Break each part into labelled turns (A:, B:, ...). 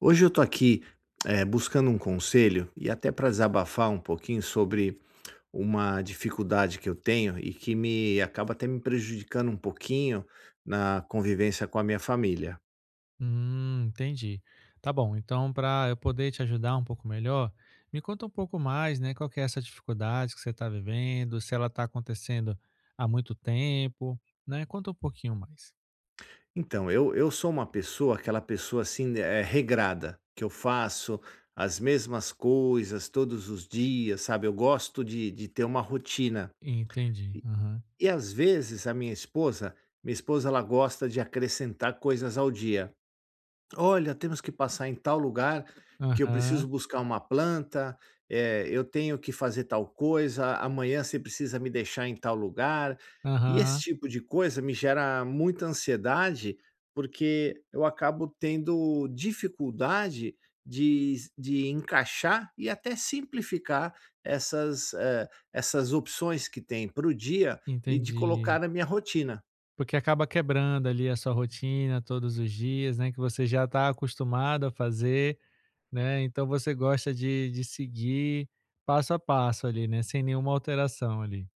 A: Hoje eu tô aqui, buscando um conselho e até para desabafar um pouquinho sobre uma dificuldade que eu tenho e que me acaba até me prejudicando um pouquinho na convivência com a minha família.
B: Entendi. Tá bom, então para eu poder te ajudar um pouco melhor, me conta um pouco mais, né, qual que é essa dificuldade que você está vivendo, se ela está acontecendo há muito tempo, né? Conta um pouquinho mais.
A: Então, eu sou uma pessoa, aquela pessoa assim, regrada, que eu faço as mesmas coisas todos os dias, sabe, eu gosto de ter uma rotina.
B: Entendi.
A: E
B: Aham.
A: e às vezes a minha esposa ela gosta de acrescentar coisas ao dia. Olha, temos que passar em tal lugar, que eu
B: Aham.
A: preciso buscar uma planta, eu tenho que fazer tal coisa, amanhã você precisa me deixar em tal lugar. E esse
B: Aham.
A: tipo de coisa me gera muita ansiedade, porque eu acabo tendo dificuldade de encaixar e até simplificar essas opções que tem para o dia e de
B: Entendi.
A: colocar na minha rotina.
B: Porque acaba quebrando ali a sua rotina todos os dias, né, que você já está acostumado a fazer, né? Então você gosta de seguir passo a passo ali, né, sem nenhuma alteração ali.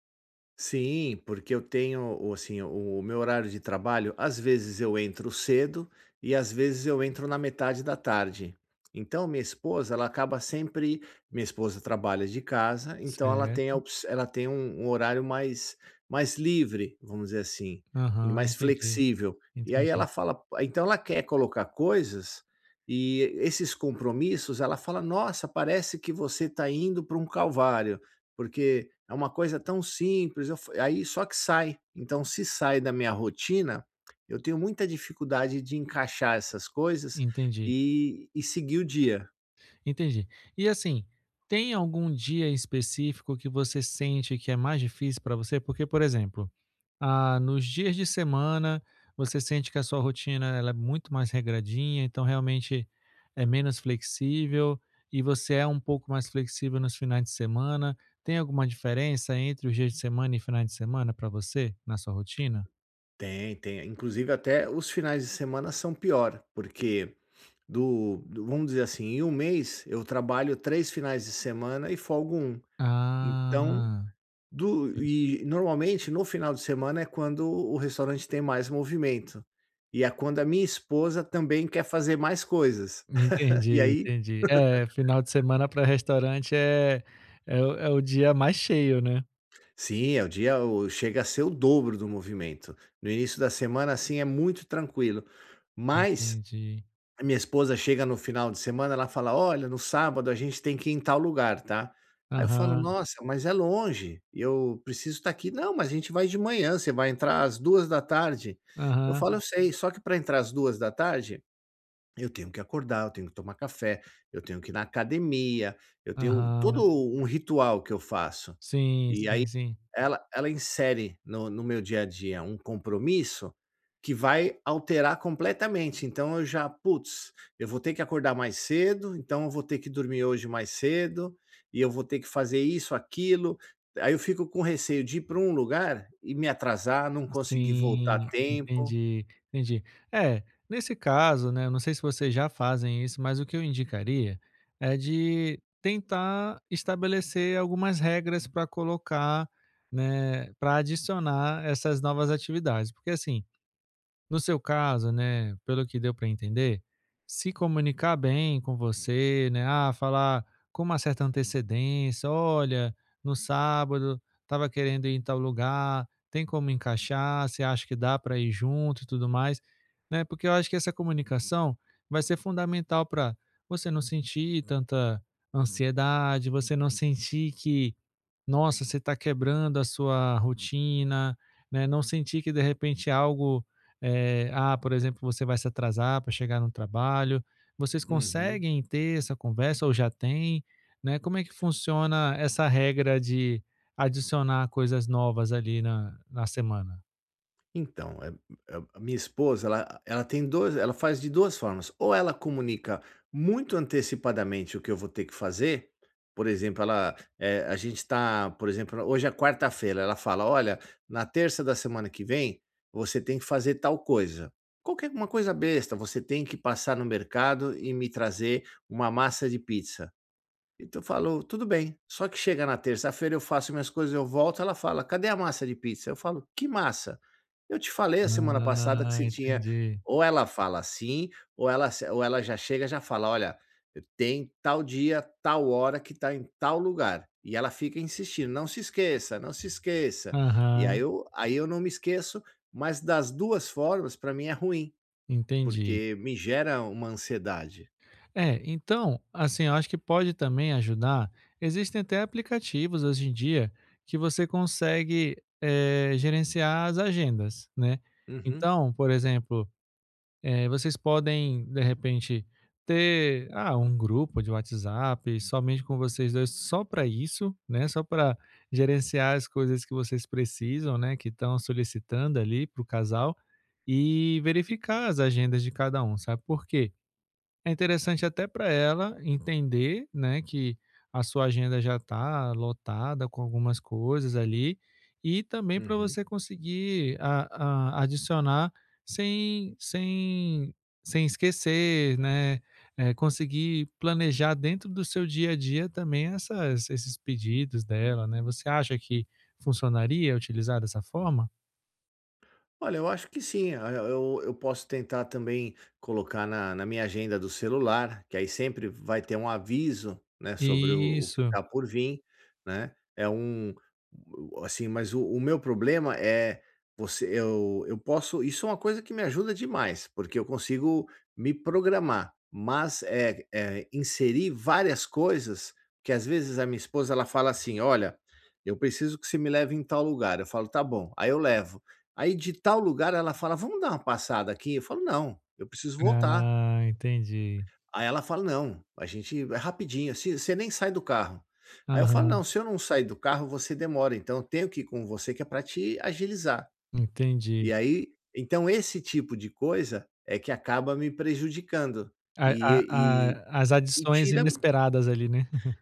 A: Sim, porque eu tenho, assim, o meu horário de trabalho, às vezes eu entro cedo e às vezes eu entro na metade da tarde. Então, minha esposa, ela acaba sempre, minha esposa trabalha de casa, então
B: Certo.
A: ela tem um horário mais livre, vamos dizer assim, e
B: Aham,
A: mais
B: entendi,
A: flexível. E aí ela
B: entendi,
A: fala, então ela quer colocar coisas e esses compromissos, ela fala: "Nossa, parece que você está indo para um calvário." Porque é uma coisa tão simples, eu fa aí só que sai. Então se sai da minha rotina, eu tenho muita dificuldade de encaixar essas coisas
B: entendi,
A: e seguir o dia.
B: entendi. E assim, tem algum dia específico que você sente que é mais difícil para você? Porque, por exemplo, ah, nos dias de semana você sente que a sua rotina ela é muito mais regradinha, então realmente é menos flexível e você é um pouco mais flexível nos finais de semana. Tem alguma diferença entre os dias de semana e finais de semana para você na sua rotina?
A: Tem, tem. Inclusive até os finais de semana são pior, porque do do vamos dizer assim, em um mês eu trabalho 3 finais de semana e folgo um. Então
B: Ah,
A: Do e normalmente no final de semana é quando o restaurante tem mais movimento, e é quando a minha esposa também quer fazer mais coisas. E
B: entendi,
A: aí
B: entendi. É, final de semana para restaurante é o dia mais cheio, né.
A: sim, é o dia, o chega a ser o dobro do movimento. No início da semana, assim, é muito tranquilo, mas
B: Entendi.
A: a minha esposa chega no final de semana, ela fala: "Olha, no sábado a gente tem que ir em tal lugar, tá?" Aí eu falo:
B: Aham,
A: "Nossa, mas é longe, eu preciso estar aqui." "Não, mas a gente vai de manhã, você vai entrar às 2 da tarde." Eu
B: aham,
A: falo: "Eu sei, só que para entrar às 2 da tarde eu tenho que acordar, eu tenho que tomar café, eu tenho que ir na academia, eu tenho todo
B: aham.
A: um ritual que eu faço."
B: Sim,
A: E aí
B: sim, sim.
A: ela insere no meu dia a dia um compromisso que vai alterar completamente, então eu já: "Putz, eu vou ter que acordar mais cedo, então eu vou ter que dormir hoje mais cedo, e eu vou ter que fazer isso, aquilo." Aí eu fico com receio de ir para um lugar e me atrasar, não conseguir voltar a
B: Sim,
A: tempo.
B: entendi, entendi. É, nesse caso, né, eu não sei se vocês já fazem isso, mas o que eu indicaria é de tentar estabelecer algumas regras para colocar, né, para adicionar essas novas atividades, porque assim. No seu caso, né, pelo que deu para entender, se comunicar bem com você, né? Ah, falar com uma certa antecedência, olha, no sábado estava querendo ir em tal lugar, tem como encaixar, você acha que dá para ir junto e tudo mais, né? Porque eu acho que essa comunicação vai ser fundamental para você não sentir tanta ansiedade, você não sentir que, nossa, você está quebrando a sua rotina, né? Não sentir que de repente é algo ah, por exemplo, você vai se atrasar para chegar no trabalho. Vocês
A: Uhum.
B: conseguem ter essa conversa ou já tem? Né? Como é que funciona essa regra de adicionar coisas novas ali na, na semana?
A: Então, a minha esposa, ela tem 2, ela faz de 2 formas, ou ela comunica muito antecipadamente o que eu vou ter que fazer, por exemplo, a gente está, por exemplo, hoje é quarta-feira, ela fala: "Olha, na terça da semana que vem, você tem que fazer tal coisa," qualquer uma coisa besta, "Você tem que passar no mercado e me trazer uma massa de pizza." E tu falou: "Tudo bem." Só que chega na terça-feira, eu faço minhas coisas, eu volto, ela fala: "Cadê a massa de pizza?" Eu falo: "Que massa? Eu te falei a semana passada que
B: Ah,
A: se tinha."
B: entendi.
A: Ou ela fala assim, ou ela se ou ela já chega, e já fala: "Olha, tem tal dia, tal hora que tá em tal lugar." E ela fica insistindo: "Não se esqueça, não se esqueça." E aí
B: Aham,
A: eu não me esqueço, mas das 2 formas para mim é ruim,
B: entendi.
A: porque me gera uma ansiedade.
B: É, então, assim, eu acho que pode também ajudar. Existem até aplicativos hoje em dia que você consegue gerenciar as agendas, né?
A: Uhum,
B: Então, por exemplo, vocês podem, de repente, ter ah, um grupo de WhatsApp somente com vocês dois, só para isso, né? Só para gerenciar as coisas que vocês precisam, né? Que estão solicitando ali para o casal e verificar as agendas de cada um, sabe por quê? É interessante até para ela entender, né, que a sua agenda já está lotada com algumas coisas ali, e também para
A: uhum.
B: você conseguir adicionar sem, sem, sem esquecer, né? Conseguir planejar dentro do seu dia a dia também essas, esses pedidos dela, né? Você acha que funcionaria utilizar dessa forma?
A: Olha, eu acho que sim. Eu posso tentar também colocar na minha agenda do celular, que aí sempre vai ter um aviso, né, sobre o que
B: Isso.
A: está por vir, né? É um, assim, mas o meu problema é você, eu posso. Isso é uma coisa que me ajuda demais, porque eu consigo me programar, mas é inserir várias coisas que às vezes a minha esposa ela fala assim, olha, eu preciso que você me leve em tal lugar. Eu falo, tá bom. Aí eu levo. Aí de tal lugar ela fala: "Vamos dar uma passada aqui?" Eu falo: "Não, eu preciso voltar."
B: Ah, entendi.
A: Aí ela fala: "Não, a gente é rapidinho, assim, você nem sai do carro." Aí eu falo:
B: Aham,
A: "Não, se eu não sair do carro, você demora, então eu tenho que ir com você que é para te agilizar."
B: entendi.
A: E aí então esse tipo de coisa é que acaba me prejudicando,
B: A
A: e
B: as
A: e
B: adições
A: tira
B: inesperadas ali, né.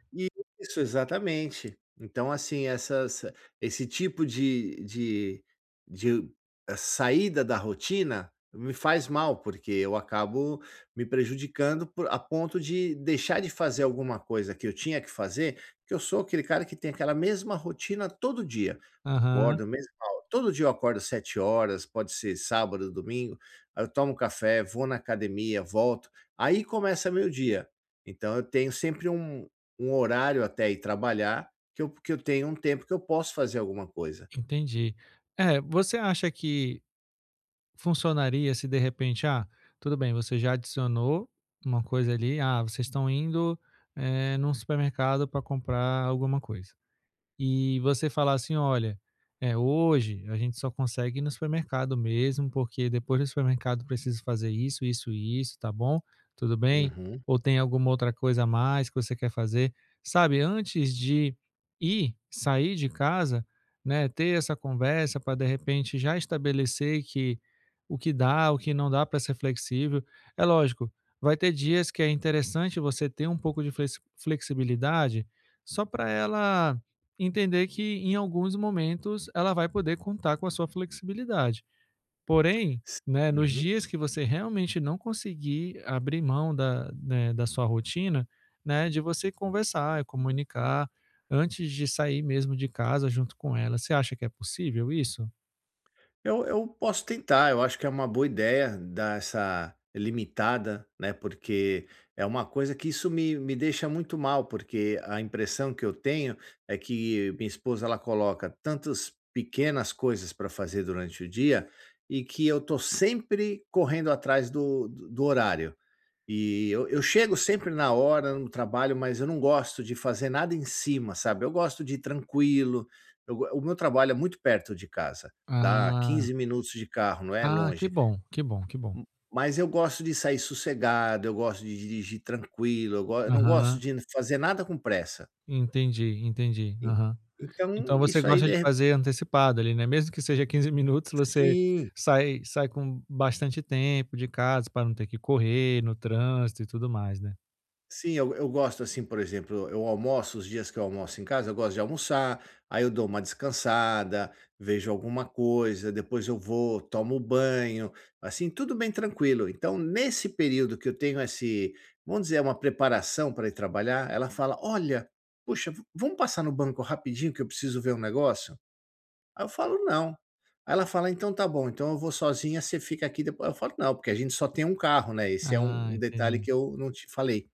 A: Isso, exatamente. Então, assim, essas esse tipo de saída da rotina me faz mal, porque eu acabo me prejudicando por a ponto de deixar de fazer alguma coisa que eu tinha que fazer, que eu sou aquele cara que tem aquela mesma rotina todo dia.
B: Aham,
A: Acordo mesmo Todo dia eu acordo 7 horas, pode ser sábado, domingo, aí eu tomo café, vou na academia, volto, aí começa meu dia. Então eu tenho sempre um horário até ir trabalhar, que eu tenho um tempo que eu posso fazer alguma coisa.
B: entendi. É, você acha que funcionaria se de repente, ah, tudo bem, você já adicionou uma coisa ali, ah, vocês estão indo, num supermercado pra comprar alguma coisa. E você falar assim: "Olha, eh, hoje a gente só consegue ir no supermercado mesmo, porque depois do supermercado preciso fazer isso, isso e isso, tá bom? Tudo bem?
A: Uhum.
B: Ou tem alguma outra coisa a mais que você quer fazer?" Sabe, antes de ir, sair de casa, né, ter essa conversa para de repente já estabelecer que o que dá, o que não dá para ser flexível. É lógico, vai ter dias que é interessante você ter um pouco de flexibilidade, só para ela entender que em alguns momentos ela vai poder contar com a sua flexibilidade. Porém,
A: S
B: né, nos
A: Uhum.
B: dias que você realmente não conseguir abrir mão da, né, da sua rotina, né, de você conversar e comunicar antes de sair mesmo de casa junto com ela. Você acha que é possível isso?
A: Eu posso tentar, eu acho que é uma boa ideia dar essa limitada, né, porque é uma coisa que isso me deixa muito mal, porque a impressão que eu tenho é que minha esposa ela coloca tantas pequenas coisas para fazer durante o dia, e que eu tô sempre correndo atrás do horário. E eu chego sempre na hora no trabalho, mas eu não gosto de fazer nada em cima, sabe. Eu gosto de ir tranquilo, eu go o meu trabalho é muito perto de casa, dá
B: Ah,
A: 15 minutos de carro, não é
B: ah, que
A: longe.
B: bom, que bom, que bom.
A: M Mas eu gosto de sair sossegado, eu gosto de dirigir tranquilo, eu não gosto
B: Aham,
A: de fazer nada com pressa.
B: entendi, entendi.
A: En
B: Aham.
A: então
B: Então você
A: isso aí
B: gosta
A: de
B: de
A: re
B: fazer antecipado ali, né, mesmo que seja 15 minutos, você
A: Sim.
B: sai com bastante tempo de casa para não ter que correr no trânsito e tudo mais, né.
A: Sim, eu gosto, assim, por exemplo, eu almoço os dias que eu almoço em casa, eu gosto de almoçar, aí eu dou uma descansada, vejo alguma coisa, depois eu vou, tomo um banho, assim, tudo bem tranquilo. Então, nesse período que eu tenho esse, vamos dizer, uma preparação para ir trabalhar, ela fala: "Olha, puxa, v vamos passar no banco rapidinho que eu preciso ver um negócio?" Aí eu falo: "Não." Aí ela fala: "Então tá bom, então eu vou sozinha, você fica aqui." Depois eu falo: "Não, porque a gente só tem um carro, né, esse é um
B: Ah,
A: um detalhe
B: entendi.
A: que eu não te falei."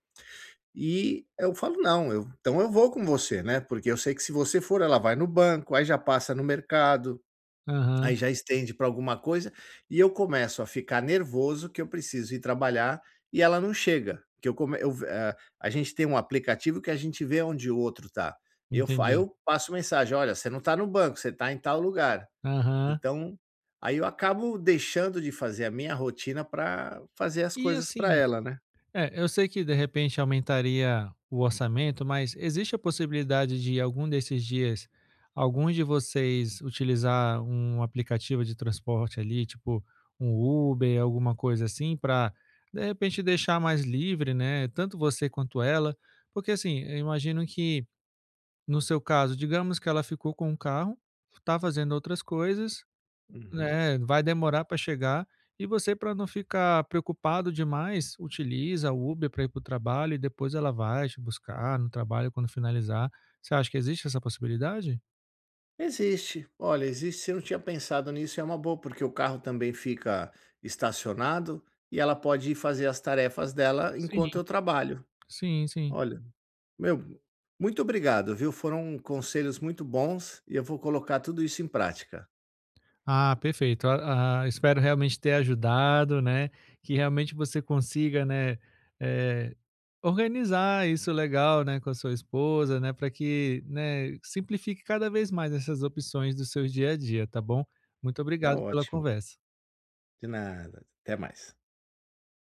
A: E eu falo: "Não, eu então eu vou com você, né," porque eu sei que se você for, ela vai no banco, aí já passa no mercado,
B: Aham,
A: aí já estende para alguma coisa, e eu começo a ficar nervoso que eu preciso ir trabalhar e ela não chega, que eu come eu eh, a gente tem um aplicativo que a gente vê onde o outro tá. Eu fa Aí
B: entendi.
A: eu passo mensagem: "Olha, você não está no banco, você está em tal lugar."
B: Aham.
A: Então, aí eu acabo deixando de fazer a minha rotina para fazer as
B: E
A: coisas para
B: assim
A: ela, né.
B: É, eu sei que de repente aumentaria o orçamento, mas existe a possibilidade de algum desses dias, alguns de vocês utilizar um aplicativo de transporte ali, tipo um Uber, alguma coisa assim, para de repente deixar mais livre, né? Tanto você quanto ela, porque assim, eu imagino que no seu caso, digamos que ela ficou com o carro, está fazendo outras coisas,
A: Uhum.
B: né, vai demorar para chegar e você para não ficar preocupado demais, utiliza o Uber para ir para o trabalho e depois ela vai te buscar no trabalho quando finalizar. Você acha que existe essa possibilidade?
A: Existe. Olha, existe. Se eu não tinha pensado nisso, é uma boa, porque o carro também fica estacionado e ela pode ir fazer as tarefas dela enquanto
B: Sim,
A: eu trabalho.
B: sim, sim.
A: Olha, meu, muito obrigado, viu? Foram conselhos muito bons e eu vou colocar tudo isso em prática.
B: Ah, perfeito. Ah, ah, espero realmente ter ajudado, né, que realmente você consiga, né, eh, organizar isso legal, né, com a sua esposa, né, para que, né, simplifique cada vez mais essas opções do seu dia a dia, tá bom? Muito
A: Tá
B: obrigado pela
A: ótimo.
B: conversa.
A: De nada. Até mais.